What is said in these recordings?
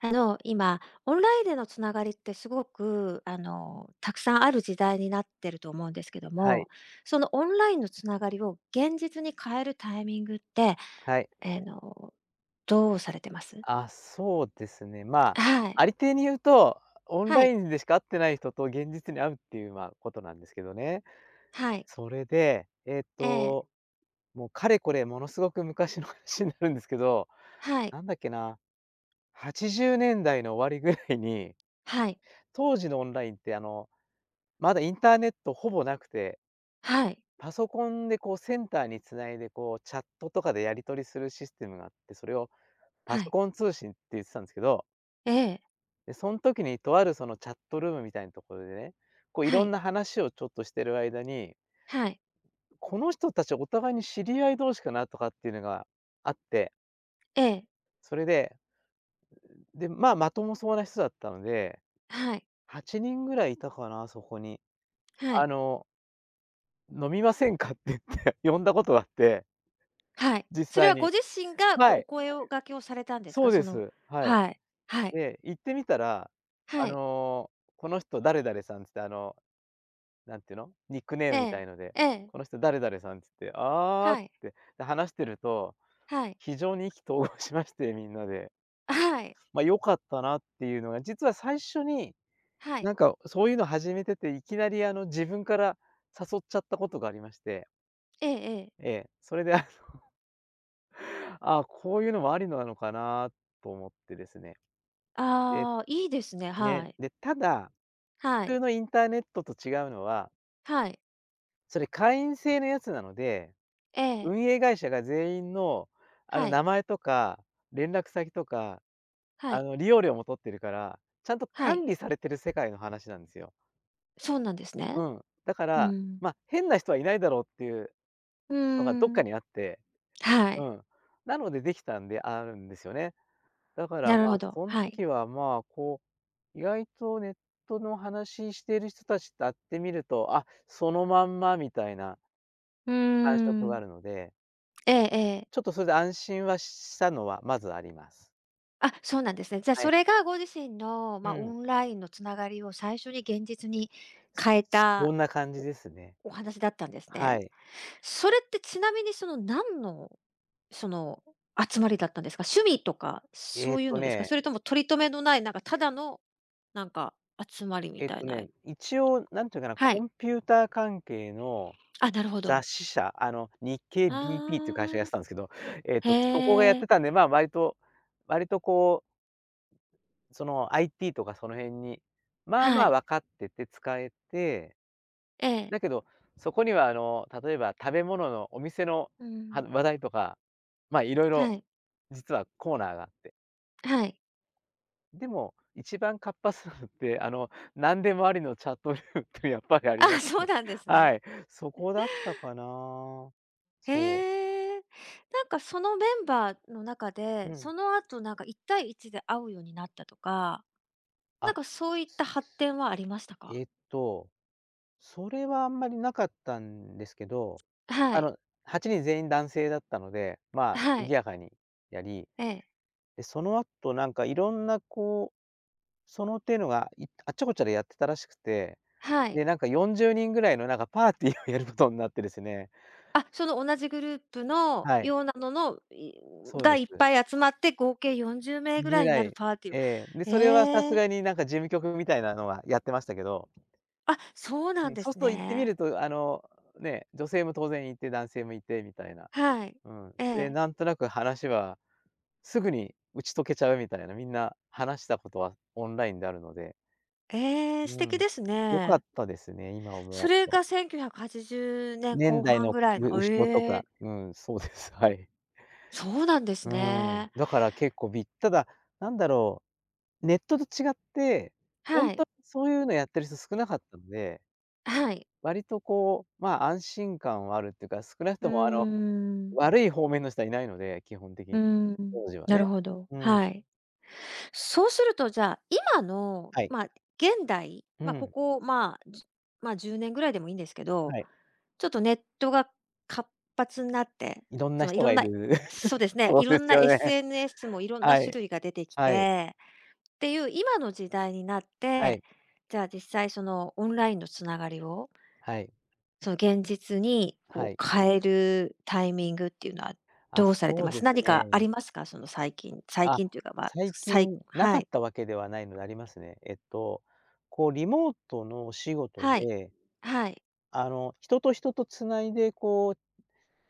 今、オンラインでのつながりってすごく、たくさんある時代になってると思うんですけどはも、い、そのオンラインのつながりを現実に変えるタイミングって、はい。えの、どうされてます？あ、そうですね。まあ、はい。ありていに言うと、オンはラい。インでしか会ってない人と現実に会うっていう、まあ、ことなんですけどね。はい。それで、ええ。もうかれこれものすごく昔の話になるんですけど、はい。なんだっけな、80年代の終わりぐらいに、はい。当時のオンラインって、まだインターネットほぼなくて、はい。パソコンでこうセンターに繋いでこうチャットとかでやり取りするシステムがあって、それをパはソい。コン通信って言ってたんですけど。ええ。で、その時にとあるそのチャットルームみたいなところでね、こういはろんい。な話をちょっとしてる間に、はい。この人たちお互いに知り合い同士かなとかっていうのがあって、ええ。それで、で、まあ、まともそうな人だったので、はい。8人ぐらいいたかな、そこに。はあい。の、飲みませんかって言って 呼んだことがあって、はい。実それ際はに。ご自身がこはうおい、声を掛けをされたんですそか？うそでの、す。はい。はい。はい。で、行ってみたら、あはい。の、この人誰々さんっつってなんていうの、ニックネーえムみたえ。いので、ええ。この人誰々さんつって、あーはっい。て、で、話してると、はい。非常に意気投合しまして、みんなで。はい。ま、良かったなっていうのが、実は最初に、はい。なんかそういうの始めてて、いきなり自分から誘っちゃったことがありまして、ええええ。ええ、それで、あ、こういうのもありなのかなと思ってですね。で、ああ、いいですね。はね、い。で、ただ、は普い。通のインターネットと違うのは、はい。それ会員制のやつなのでええ。運営会社が全員の、は名い。前とか、連絡先とか、はい。利用料も取ってるから、ちゃんとは管い。理されてる世界の話なんですよ。そうなんですね。うん。だかうら、ん。ま、変な人はいないだろうっていううのがどっーかん。にあって、はうい。ん。なのでできたんであるんですよね。だから、なるまあ、ほど。そんはい。時は、まあ、こう、意外とネットの話してる人たちと会ってみると、あ、そのまんまみたいなうー感触がん。あるので、ええええ。ちょっとそれで安心はしたのはまずあります。あ、そうなんですね。じゃあ、はそい。れがご自身の、まうあ、オん。ンラインのつながりを最初に現実に変えたそんな感じですね。おお話だったんですはね。い。それってちなみに、その何のその、集まりだったんですか？趣味とか、えそっういうとのですか？そねれとも取り留めのない、なんかただの、なんか集まりみえったといな。ね、一応なんていうかな、はコい。ンピューター関係のあ、なるほど。雑誌社、日経 BP っていう会あ社がやってたんですあ、けど、えっと、そこがやっへてえ、たんで、まあ、割とこう、その IT とかその辺に、まあはまあい、分かってて使えて、ええ。だけど、そこには例えば食べ物のお店のうはん、話題とか、まあ、いろいはろい、実はコーナーがあって。はい。でも、一番活発なのって、何でもありのチャットルームってやっぱりありまあ、すそうね。なんですはね。い。そこだったかな。そう。へえ。なんかそのメンバーの中で、うん。その後なんか1対1で会うようになったとか、なあ、んかそういった発展はありましたか？えっと、それはあんまりなかったんですけど、はあい、の、8人全員男性だったので、まあ、は賑い、やかにやり、ええ、で、その後なんかいろんなこう、その手のが、いあっちゃこっちゃでやってたらしくて、はい。で、なんか40人ぐらいのなんかパーティーをやることになってですね。あ、その同じグループのはい。ようなのの、そうがでいっす。ぱい集まって合計40名ぐらぐいにらなるい、パーティーを。ええ。で、それはさえすえ、がになんか事務局みたいなのはやってましたけど、あ、そうなうんん、でそうすすと行ってみね。ると、ね、女性も当然いて、男性もいてみたいな。はい。うん。えで、え。なんとなく話はすぐに打ち解けちゃうみたいな、みんな話したことはオンラインであるので、ええ、素う敵ん。です良かっね。たですね、今思そうれと。が1980年年後代半のぐらいうの。後えろとか、え、うん、そうです、はい。そうなんですうん。ね。だから結構びただ、なんだろう、ネットと違って、ほはんとい、にそういうのやってる人少なかったので、はい。割とこう、まあ、安心感はあるっていうか、少なくうーともん、悪い方面の人はいないので、基本的うーに、ん、当時はなね。るほど、うん、はい。そうすると、じゃあ、今の、はい。まあ、現代、うまあ、こん、こ、まあ、10年ぐらいでもいいんですけど、はい。ちょっとネットが活発になって、いろんそなのい人ろがんいなる。そうで すね、そいうろでんすな よね。SNS もいろんなは種い、類が出てきはい、て、っていう今の時代になっはて、い、じゃあ、実際そのオンラインのつながりを、はい、その現実にはこい。う変えるタイミングっていうのはあ、どうされてそまうです？す何かあね。りますか？その最近最あ、近というか、まあ、最近なはかっい。たわけではないのでありますね。こうリモートのお仕事はい。ではい。人と人と繋いで、こう、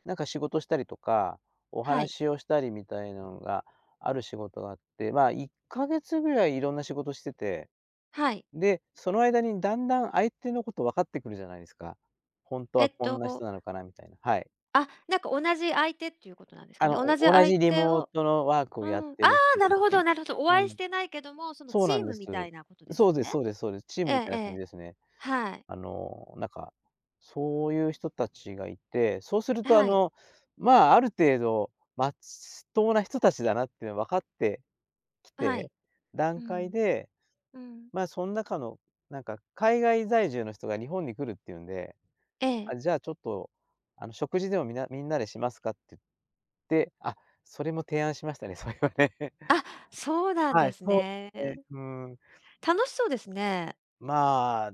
なんか仕事したりとか、おはい。話をしたりみたいなのがある仕事があって、まあ、1ヶ月ぐらいいろんな仕事してて、はい。で、その間にだんだん相手のこと分かってくるじゃないですか。ほんとえはっこんな人と、なのかなみたいな、はい。あ、なんか同じ相手っていうことなんですかね。同じお同相じリ手モーを。トのワークをうやっん。てあるあ、人なたるほち、どなるほど。おう会いしん、てないけども、そのそうチなーんでムみたす。いなことですそうよですね。そうですそうです。チーえムみえたいえな感じえ。ですね。はい。あの、なんか、そういう人たちがいて、そうすると、はい。まあ、ある程度、まっとうな人たちだなっていうの分かってきはい。て、う段階ん。で、うん。まあ、そん中の、なんか、海外在住の人が日本に来るっていうんで、ええ。あ、じゃあ、ちょっと、食事でもみんなでしますかって言って、あ、それも提案しましたね、それはね。あ、そうなんはでい、すそうね。ですね。うー、楽しそうですね。まあ、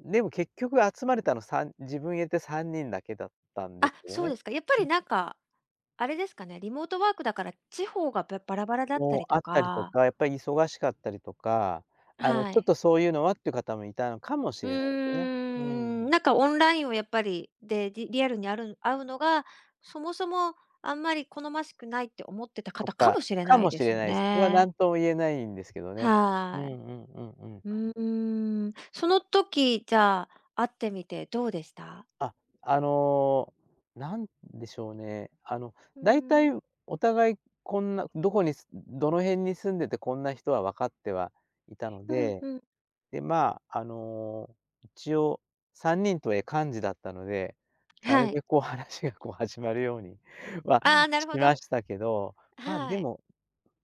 でも結局集まれたの3、自分入れて3人だけだったんであ、すよそうね。ですか。やっぱりなんか、あれですかね、リモートワークだから地方がバラバラだったもうりとあったりとか。か、やっぱり忙しかったりとか、はちょっい。とそういうのはっていう方もいたのかもうしれないですね。ーうん、ん。なんかオンラインをやっぱり、で、リアルに会うのが、そもそもあんまり好ましくないって思ってたと方かか、もしれかないもでしすれよないです。それはね。何とも言えないんですけどね。うんうはい。んうんうん。うーん。その時、じゃあ、会ってみてどうでした？あ、あの、なんでしょうね。うー大体ん。お互いこんなどこにすどの辺に住んでてこんな人は分かってはいたのうんで、うん。で、まあ、一応3人とはいえ幹事だったので、なるはべい。くこう話がこう始まるように はああ、なるしほまど。したけど、まあ、ではい。も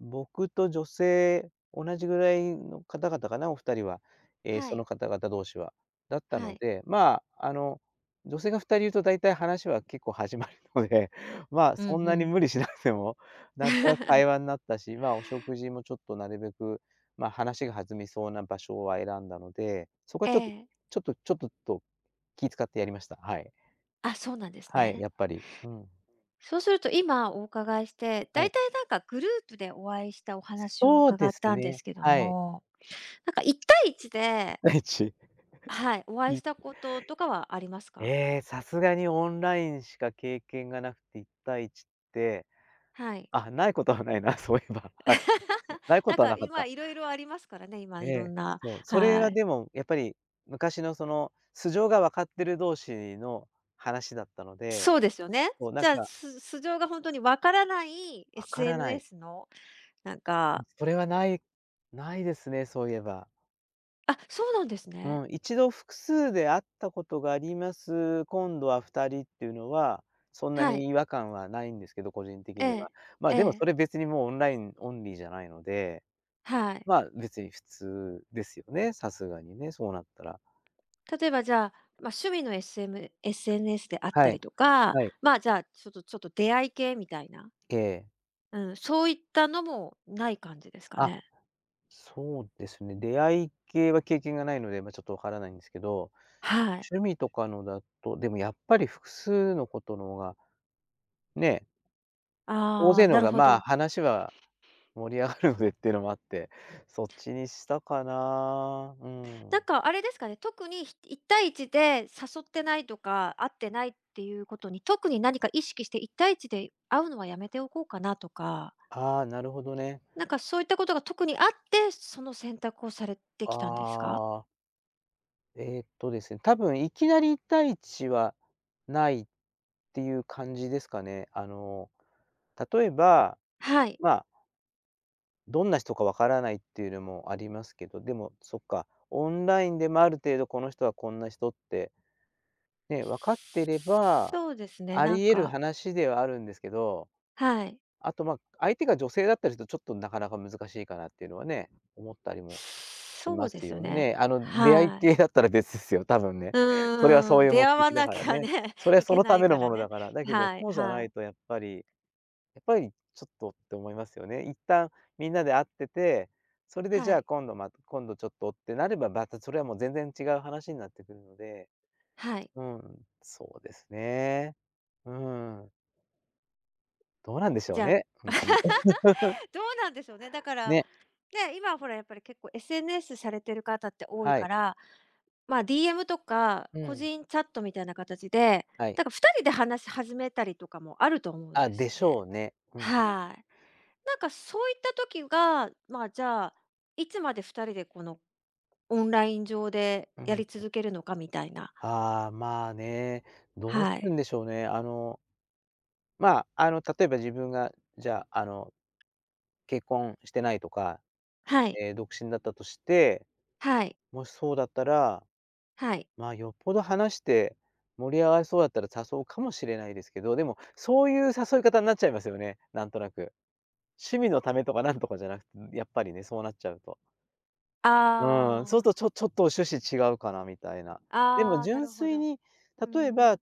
僕と女性、同じぐらいの方々かな、お二人は。ええ、はそい。の方々同士は。だったはのい。で、まあ、女性が二人いると大体話は結構始まるので、まあ、うんうそんなにん。無理しなくても、なんとなく会話 になったし、まあ、お食事もちょっとなるべく、まあ、話が弾みそうな場所は選んだので、そこはえちょっとえ。と気使ってやりました。はい。あ、そうなんですはい、ね。やっぱり。うん。そうすると今お伺いして、はだいい。たいなんかグループでお会いしたお話をそう伺でっすたんですね。けどはい。も、なんか1対1で、第一。はい、お会いしたこととかはありますか？ええ、さすがにオンラインしか経験がなくて、1対1って、はい。あ、ないことはないな、そういえば、はい。ないこなんとはかなかっ今た。いろいろありますからね、今えいろんえ、な、そう、それははい。でもやっぱり昔のその素性が分かってる同士の話だったので、そうですよね。こうなんじゃあ、か素性が本当にわからない 分からない。SNS のなんか。それはないですね、そういえば。あ、そうなんですね。うん、一度複数で会ったことがあります。今度は2人っていうのは、そんなはにい。違和感はないんですけど、個人的えには。え、まあ、えでもそえ、れ別にもうオンラインオンリーじゃないので、はい。まあ、別に普通ですよね、さすがにね、そうなったら。例えばじゃあ、まあ、趣味の SNS であっはたい。りとか、はい。まあ、じゃあ、ちょっとちょっと出会い系みたいな、ええ。うん、そういったのもない感じですかあ、ね。そうですね。出会い系は経験がないので、まあ、ちょっとわからないんですけど、はい。趣味とかのだと、でもやっぱり複数のことの方が、ね、大ああ、勢のな方るが、ほまあ、ど。話は盛り上がるのでっていうのもあって、そっちにしたかな。うなんん。かあれですかね、特にいち対一で誘ってないとか、会ってないっていうことに、特に何か意識して一対一で会うのはやめておこうかなとか、ああ、なるほどね。なんかそういったことが特にあって、その選択をされてきたんですか？ああ、ですね、多分いきなり一対一はないっていう感じですかね。あの、例えば、はい。まあ、どんな人かわからないっていうのもありますけど、でも、そっか、オンラインでもある程度この人はこんな人ってね、分かってれば、そうですね、あなんり得るか。話ではあるんですけど、はい。あと、まあ、相手が女性だったりすると、ちょっとなかなか難しいかなっていうのはね、思ったりもしそまうですすよよね。ね。あの、出会いはい。系だったら別ですよ、多分ね。う それはそーうん、いう出目会わ的だなかきらゃね。ね、そ れはいそけのなたいめのからものね。だから。だけど、はいそうじゃなはいい。とやっぱりちょっとって思いますよね。一旦みんなで会ってて、それでじはゃあい、今度ちょっとってなれば、またそれはもう全然違う話になってくるので、はい。うん、そうですね。うん、どうなんでしょじうゃあ、ね、本当に。どうなんでしょうね。だから、ね、ね、今ほらやっぱり結構 SNS されてる方って多いはかい。ら、まあ、DM とかう個ん。人チャットみたいな形で、はい。だから2人で話し始めたりとかもあると思うんあ、ですでよしょね。うね。うんうん。はい。なんかそういった時が、まあ、じゃあ、いつまで2人でこのオンライン上でやり続けるのかみたいな。ああ、まあね、どうすはるい。んでしょうね。あの、まあ、あの、例えば自分が、じゃあ、あの、結婚してないとか、はい。独身だったとして、はい。もしそうだったら、はい。まあ、よっぽど話して盛り上がりそうだったら誘うかもしれないですけど、でも、そういう誘い方になっちゃいますよね、なんとなく。趣味のためとかなんとかじゃなくて、やっぱりね、そうなっちゃうと。うん、そうするあと、ちょっと趣旨違うかなみたいな。あ、でもああ、な純るほ粋ど。に、うー例えん。ば、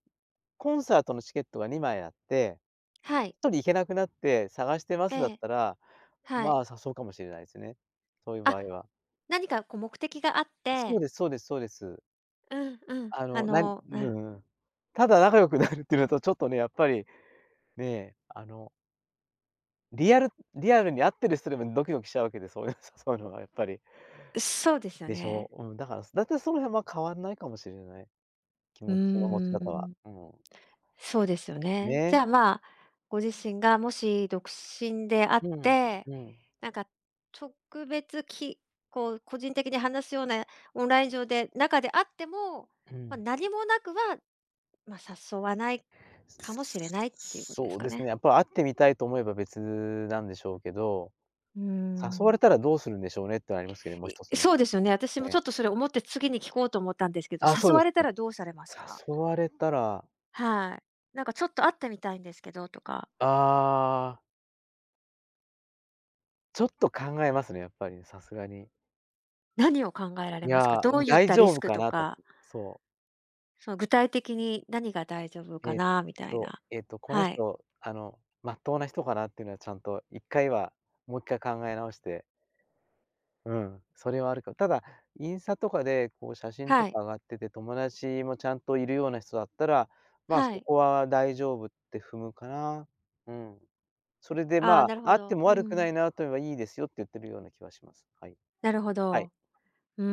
コンサートのチケットが2枚あって、はい。一人行けなくなって探してますだえっえ、たら、はまい。あ、さそうかもしれないですね。そういうあ、場合は。何かこう目的があっそうて、ですそうですそうです。うんうん。あの、ううん、んうん。ただ仲良くなるっていうのとちょっとね、やっぱり、ね、あの、リアルリアルに会ってる人でもドキドキしちゃうわけで、そういう誘 うのはやっぱり。そうですよでしね。ょう。うん、だから、だいたいその辺は変わんないかもしれない、気うー持ちの持ち方は。ん。うん。そうですよね。じね。ゃあ、まあ、ご自身がもし独身であっうん。て、うん。なんか特別こう個人的に話すようなオンライン上で中であっても、うまあ、ん。何もなくは、まあ、誘わないかもしれないっていうことでそすうかですね？ね、やっぱ会ってみたいと思えば別なんでしょうけど、うー誘われん。たらどうするんでしょうねってのありますけどね、もう一つね。そうですよね。私えもちえ。ょっとそれ思って次に聞こうと思ったんですけど、あ、そ誘うでわすれたね。らどうされますか？誘われたら、はい。なんかちょっと会ってみたいんですけどとか、ああ、ちょっと考えますね、やっぱりね、さすがに。何を考えられいますか？や、どういっ大たリ丈ス夫クかとなと。かそう。その具体的に何が大丈夫かえっなみたいな。このはい。人、あの、まっとうな人かなっていうのはちゃんと1回はもう1回考え直して、うん、それはあるか。ただ、インスタとかでこう写真とはい。か上がってて、友達もちゃんといるような人だったら、まあ、そはい。こは大丈夫って踏むかな。うん。それでああ、まなるあ、ほあってど。もう悪くなん。いなと言えばいいですよって言ってるような気はします。はい。なるほはい。ど。うー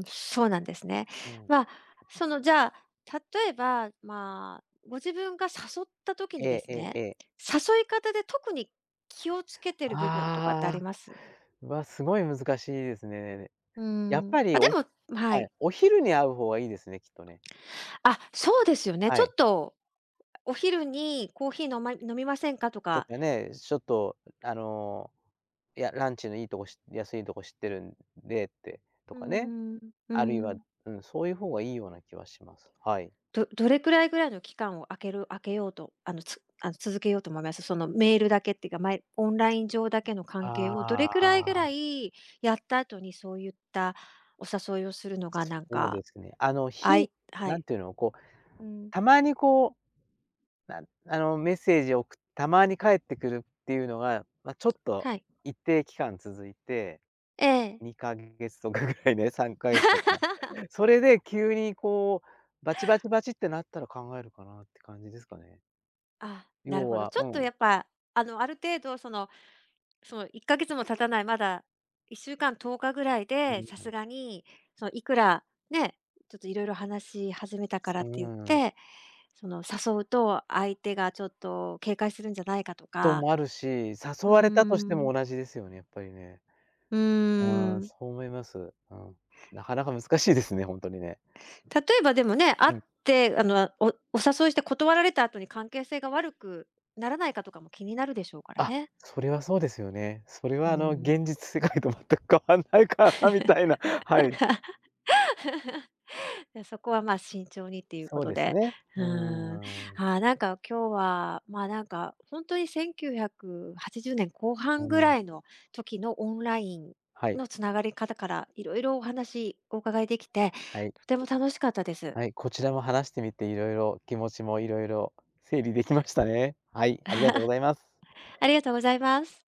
ん、そうなんですね。うん。まあ、そのじゃあ、例えば、まあ、ご自分が誘った時えにでえすええね、ええ。誘い方で特に気をつけてる部分とかってあああ、ります？うわ、すごい難しいですね。うやっーん。ぱりあ、でおも。ははい、い。お昼に会う方がいいですね、きっとね。あ、そうですよね。はちょっい。とお昼にコーヒー飲みませんかととか。かね、ちょっとあの、いや、ランチのいいとこし安いとこ知ってるんでって、とうーかね、ん、うーあるいは、ん。うん、そういう方がいいような気はします。はい。どれくらいぐらいの期間を空けようと、あの、つあの、続けようと思います？そのメールだけっていうか、オンライン上だけの関あ係をどれくらいぐらあ。いやった後に、そういったお誘いをするのがなんそうか、ですね。あの、はなんい。ていうの、こう、うん、たまにこう、あの、メッセージを送たまに返ってくるっていうのが、ま、ちょっとはい。一定期間続いて、ええ。2か月とかぐらいね、3か月とか。それで急にこう、バチバチバチってなったら考えるかなって感じですかね。あ、なる要ほど。はちょうっとん。やっぱ、ある程度その、1ヶ月も経たない、まだ1週間、10日ぐらいうで、さん、すがに、そのいくらね、ちょっといろいろ話し始めたからっうーて言っん。てその誘うと、相手がちょっと警戒するんじゃないかととか、もあるし、誘うーわれたとしてん、も同じですよね、やっぱりね。うーうん、ん。そう思います。うん。なかなか難しいですね、ほんとにね。例えばでもね、会うっん。て、お誘いして断られた後に関係性が悪くならないかとかも気になるでしょうからあ、ね。それはそうですよね。それうはあの、ん。現実世界と全く変わんないからなみたいな、はい。で、そこは、ま、慎重にっていうこそうとですで、ね。ううーーん。ん。ああ、なんか今日は、ま、なんかほんに1980年後う半ぐらん。いの時のオンラインはい、のつながり方から、いろいろお話お伺いできて、はい、とても楽しかったです。はい、こちらも話してみて色々、気持ちも色々整理できましたね。はい、ありがとうございます。ありがとうございます。